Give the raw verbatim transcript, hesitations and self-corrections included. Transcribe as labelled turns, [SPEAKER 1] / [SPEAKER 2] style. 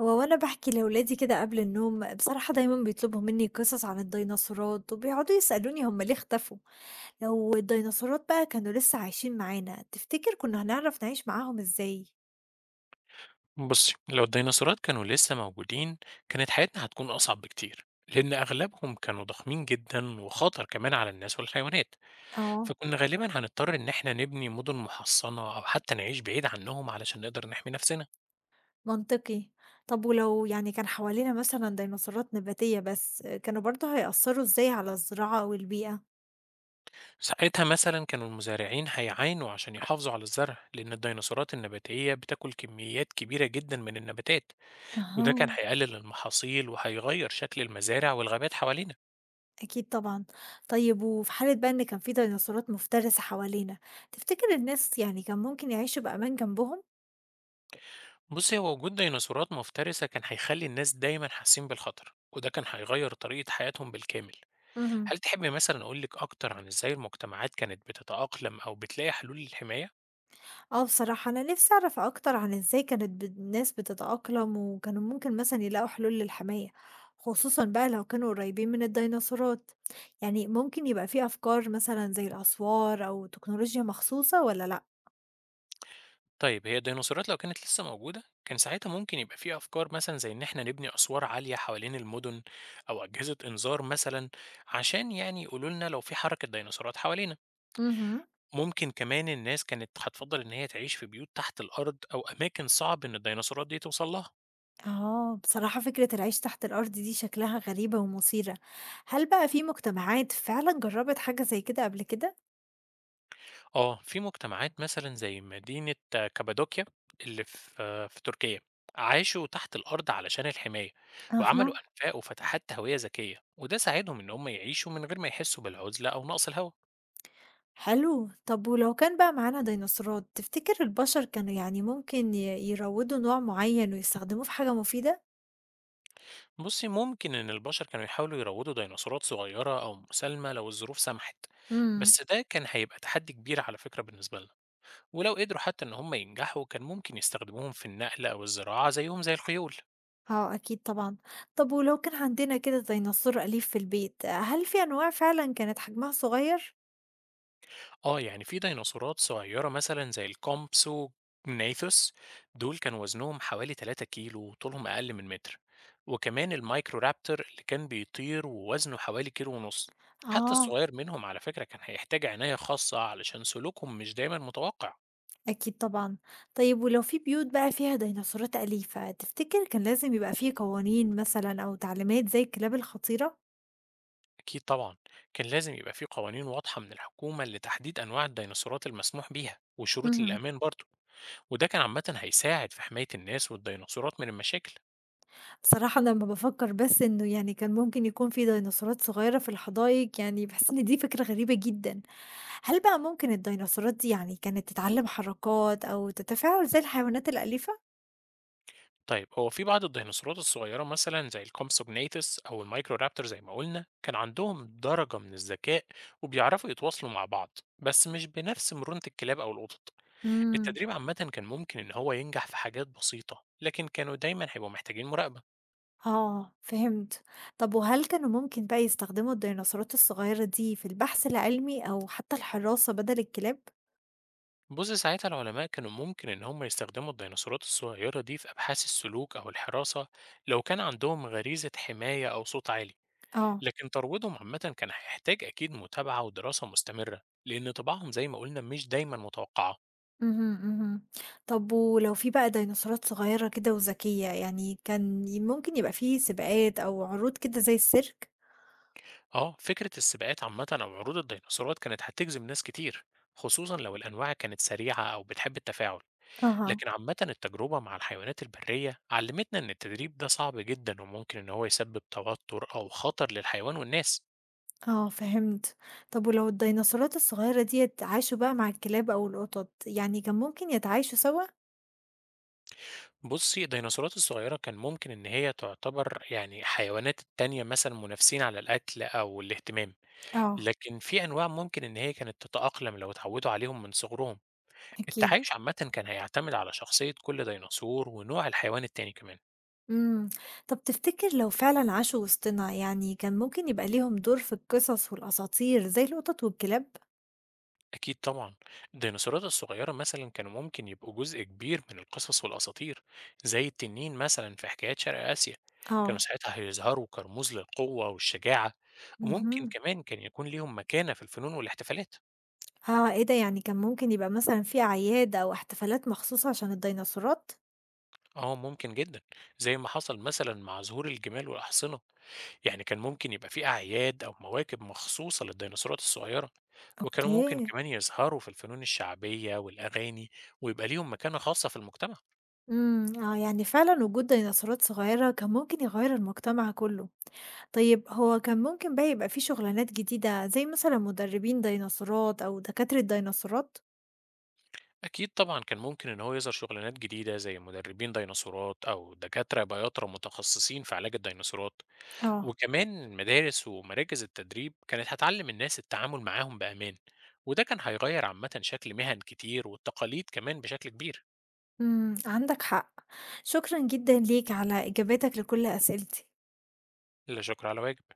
[SPEAKER 1] هو وأنا باحكي لولادي كده قبل النوم، بصراحة دايمًا بيطلبوا مني قصص عن الديناصورات، وبيقعدوا يسألوني هُم ليه اختفوا؟ لو الديناصورات بقى كانوا لسه عايشين معانا، تفتكر كنا هنعرف نعيش معاهم إزاي؟
[SPEAKER 2] بصي، لو الديناصورات كانوا لسه موجودين كانت حياتنا هتكون أصعب بكتير لأن أغلبهم كانوا ضخمين جدا وخطر كمان على الناس والحيوانات.
[SPEAKER 1] اه
[SPEAKER 2] فكنا غالبا هنضطر إن احنا نبني مدن محصنة أو حتى نعيش بعيد عنهم علشان نقدر نحمي نفسنا.
[SPEAKER 1] منطقي، طب ولو يعني كان حوالينا مثلًا ديناصورات نباتية بس، كانوا برضه هيأثروا إزاي على الزراعة والبيئة؟
[SPEAKER 2] ساعتها مثلا كانوا المزارعين هيعانوا عشان يحافظوا على الزرع لأن الديناصورات النباتية بتاكل كميات كبيرة جدا من النباتات، وده
[SPEAKER 1] اها
[SPEAKER 2] كان هيقلل المحاصيل وهيغير شكل المزارع والغابات حوالينا.
[SPEAKER 1] أكيد طبعًا، طيب وفي حالة بقى إن كان في ديناصورات مفترسة حوالينا، تفتكر الناس يعني كان ممكن يعيشوا بأمان جنبهم؟
[SPEAKER 2] بصي، هو وجود ديناصورات مفترسة كان هيخلي الناس دايما حاسين بالخطر، وده كان هيغير طريقة حياتهم بالكامل.
[SPEAKER 1] مهم.
[SPEAKER 2] هل تحبي مثلا أقولك أكتر عن إزاي المجتمعات كانت بتتأقلم أو بتلاقي حلول للحماية؟
[SPEAKER 1] آه بصراحة أنا نفسي أعرف أكتر عن إزاي كانت بت- الناس بتتأقلم وكانوا ممكن مثلا يلاقوا حلول للحماية خصوصا بقى لو كانوا قريبين من الديناصورات، يعني ممكن يبقى في أفكار مثلا زي الأسوار أو تكنولوجيا مخصوصة ولا لأ؟
[SPEAKER 2] طيب، هي الديناصورات لو كانت لسه موجودة كان ساعتها ممكن يبقى في أفكار مثلا زي إن إحنا نبني أسوار عالية حوالين المدن، أو أجهزة إنذار مثلا عشان يعني يقولوا لنا لو في حركة ديناصورات حوالينا.
[SPEAKER 1] مهم.
[SPEAKER 2] ممكن كمان الناس كانت هتفضل إن هي تعيش في بيوت تحت الأرض أو أماكن صعب إن الديناصورات دي توصل لها.
[SPEAKER 1] آه بصراحة فكرة العيش تحت الأرض دي شكلها غريبة ومثيرة، هل بقى في مجتمعات فعلا جربت حاجة زي كده قبل كده؟
[SPEAKER 2] آه، في مجتمعات مثلًا زي مدينة كابادوكيا اللي في في تركيا، عاشوا تحت الأرض علشان الحماية، وعملوا
[SPEAKER 1] أها
[SPEAKER 2] أنفاق وفتحات تهوية ذكية، وده ساعدهم إن هم يعيشوا من غير ما يحسوا بالعزلة أو نقص الهوا.
[SPEAKER 1] حلو، طب ولو كان بقى معانا ديناصورات، تفتكر البشر كانوا يعني ممكن ي يروّدوا نوع معيّن ويستخدموه في حاجة مفيدة؟
[SPEAKER 2] بُصي، ممكن إن البشر كانوا يحاولوا يروضوا ديناصورات صغيرة أو مسالمة لو الظروف سمحت،
[SPEAKER 1] امم.
[SPEAKER 2] بس ده كان هيبقى تحدي كبير على فكرة بالنسبة لنا، ولو قدروا حتى إن هم ينجحوا كان ممكن يستخدموهم في النقل أو الزراعة زيهم زي الخيول.
[SPEAKER 1] آه، أكيد طبعًا. طب ولو كان عندنا كده ديناصور أليف في البيت، هل في أنواع فعلًا كانت حجمها صغير؟
[SPEAKER 2] آه، يعني في ديناصورات صغيرة مثلًا زي الكومبسوجناثوس، دول كان وزنهم حوالي ثلاثة كيلو وطولهم أقل من متر، وكمان المايكرورابتور اللي كان بيطير ووزنه حوالي كيلو ونص. حتى
[SPEAKER 1] آه.
[SPEAKER 2] الصغير منهم على فكرة كان هيحتاج عناية خاصة علشان سلوكهم مش دايمًا متوقع.
[SPEAKER 1] أكيد طبعًا. طيب ولو في بيوت بقى فيها ديناصورات أليفة، تفتكر كان لازم يبقى في قوانين مثلًا أو تعليمات زي الكلاب الخطيرة؟
[SPEAKER 2] أكيد طبعًا، كان لازم يبقى في قوانين واضحة من الحكومة لتحديد أنواع الديناصورات المسموح بيها وشروط
[SPEAKER 1] اهم.
[SPEAKER 2] للأمان برضه، وده كان عامةً هيساعد في حماية الناس والديناصورات من المشاكل.
[SPEAKER 1] صراحة أنا لمّا بافكّر بس إنه يعني كان ممكن يكون في ديناصورات صغيّرة في الحدايق، يعني باحس إن دي فكرة غريبة جدًا. هل بقى ممكن الديناصورات دي يعني كانت تتعلّم حركات أو تتفاعل زي الحيوانات الأليفة؟
[SPEAKER 2] طيب، هو في بعض الديناصورات الصغيرة مثلا زي الكومسوجنيتس أو المايكرورابتور زي ما قلنا كان عندهم درجة من الذكاء، وبيعرفوا يتواصلوا مع بعض بس مش بنفس مرونة الكلاب أو القطط.
[SPEAKER 1] إمم،
[SPEAKER 2] التدريب عامة كان ممكن إن هو ينجح في حاجات بسيطة، لكن كانوا دايما هيبقوا محتاجين مراقبة.
[SPEAKER 1] آه، فهمت. طب وهل كانوا ممكن بقى يستخدموا الديناصورات الصغيّرة دي في البحث العلمي أو حتى الحراسة بدل الكلاب؟
[SPEAKER 2] بص، ساعتها العلماء كانوا ممكن إن هم يستخدموا الديناصورات الصغيرة دي في أبحاث السلوك أو الحراسة لو كان عندهم غريزة حماية أو صوت عالي.
[SPEAKER 1] آه.
[SPEAKER 2] لكن ترويضهم عامة كان هيحتاج أكيد متابعة ودراسة مستمرة لأن طباعهم زي ما قلنا مش دايما متوقعة.
[SPEAKER 1] اهم، اهم. طب ولو في بقى ديناصورات صغيرة كده وذكية، يعني كان ي ممكن يبقى في سباقات أو عروض كده زي السيرك؟
[SPEAKER 2] اه، فكرة السباقات عامة أو عروض الديناصورات كانت هتجذب ناس كتير، خصوصا لو الأنواع كانت سريعة أو بتحب التفاعل.
[SPEAKER 1] أها
[SPEAKER 2] لكن عامة التجربة مع الحيوانات البرية علمتنا إن التدريب ده صعب جدا وممكن إن هو يسبب توتر أو خطر للحيوان والناس.
[SPEAKER 1] آه فهمت. طب ولو الديناصورات الصغيرة ديّة عاشوا بقى مع الكلاب أو القطط، يعني كان ممكن يتعايشوا سوا؟
[SPEAKER 2] بصي، الديناصورات الصغيرة كان ممكن إن هي تعتبر يعني حيوانات التانية مثلا منافسين على الأكل أو الاهتمام،
[SPEAKER 1] اه
[SPEAKER 2] لكن في أنواع ممكن إن هي كانت تتأقلم لو اتعودوا عليهم من صغرهم،
[SPEAKER 1] أكيد
[SPEAKER 2] التعايش عامةً كان هيعتمد على شخصية كل ديناصور ونوع الحيوان التاني كمان.
[SPEAKER 1] امم، طب تفتكر لو فعلًا عاشوا وسطنا، يعني كان ممكن يبقى ليهم دور في القصص والأساطير زي القطط والكلاب؟
[SPEAKER 2] أكيد طبعًا، الديناصورات الصغيرة مثلًا كانوا ممكن يبقوا جزء كبير من القصص والأساطير، زي التنين مثلًا في حكايات شرق آسيا، كانوا
[SPEAKER 1] اه
[SPEAKER 2] ساعتها هيظهروا كرموز للقوة والشجاعة، وممكن
[SPEAKER 1] اهم.
[SPEAKER 2] كمان كان يكون ليهم مكانة في الفنون والاحتفالات.
[SPEAKER 1] آه، إيه ده! يعني كان ممكن يبقى مثلًا في أعياد أو احتفالات مخصوصة عشان الديناصورات؟
[SPEAKER 2] آه، ممكن جدًا، زي ما حصل مثلًا مع ظهور الجمال والأحصنة، يعني كان ممكن يبقى في أعياد أو مواكب مخصوصة للديناصورات الصغيرة، وكانوا ممكن
[SPEAKER 1] أوكي،
[SPEAKER 2] كمان يظهروا في الفنون الشعبية والأغاني، ويبقى ليهم مكانة خاصة في المجتمع.
[SPEAKER 1] إمم، آه، يعني فعلًا وجود ديناصورات صغيرة كان ممكن يغيّر المجتمع كلّه. طيب هو كان ممكن بقى يبقى في شغلانات جديدة زي مثلًا مدربين ديناصورات أو دكاترة ديناصورات؟
[SPEAKER 2] أكيد طبعا، كان ممكن إن هو يظهر شغلانات جديدة زي مدربين ديناصورات أو دكاترة بياطرة متخصصين في علاج الديناصورات،
[SPEAKER 1] آه،
[SPEAKER 2] وكمان المدارس ومراكز التدريب كانت هتعلم الناس التعامل معاهم بأمان، وده كان هيغير عامة شكل مهن كتير والتقاليد كمان بشكل كبير.
[SPEAKER 1] إمم، عندك حق. شكرًا جدًا ليك على إجاباتك لكل أسئلتي.
[SPEAKER 2] لا شكر على واجب.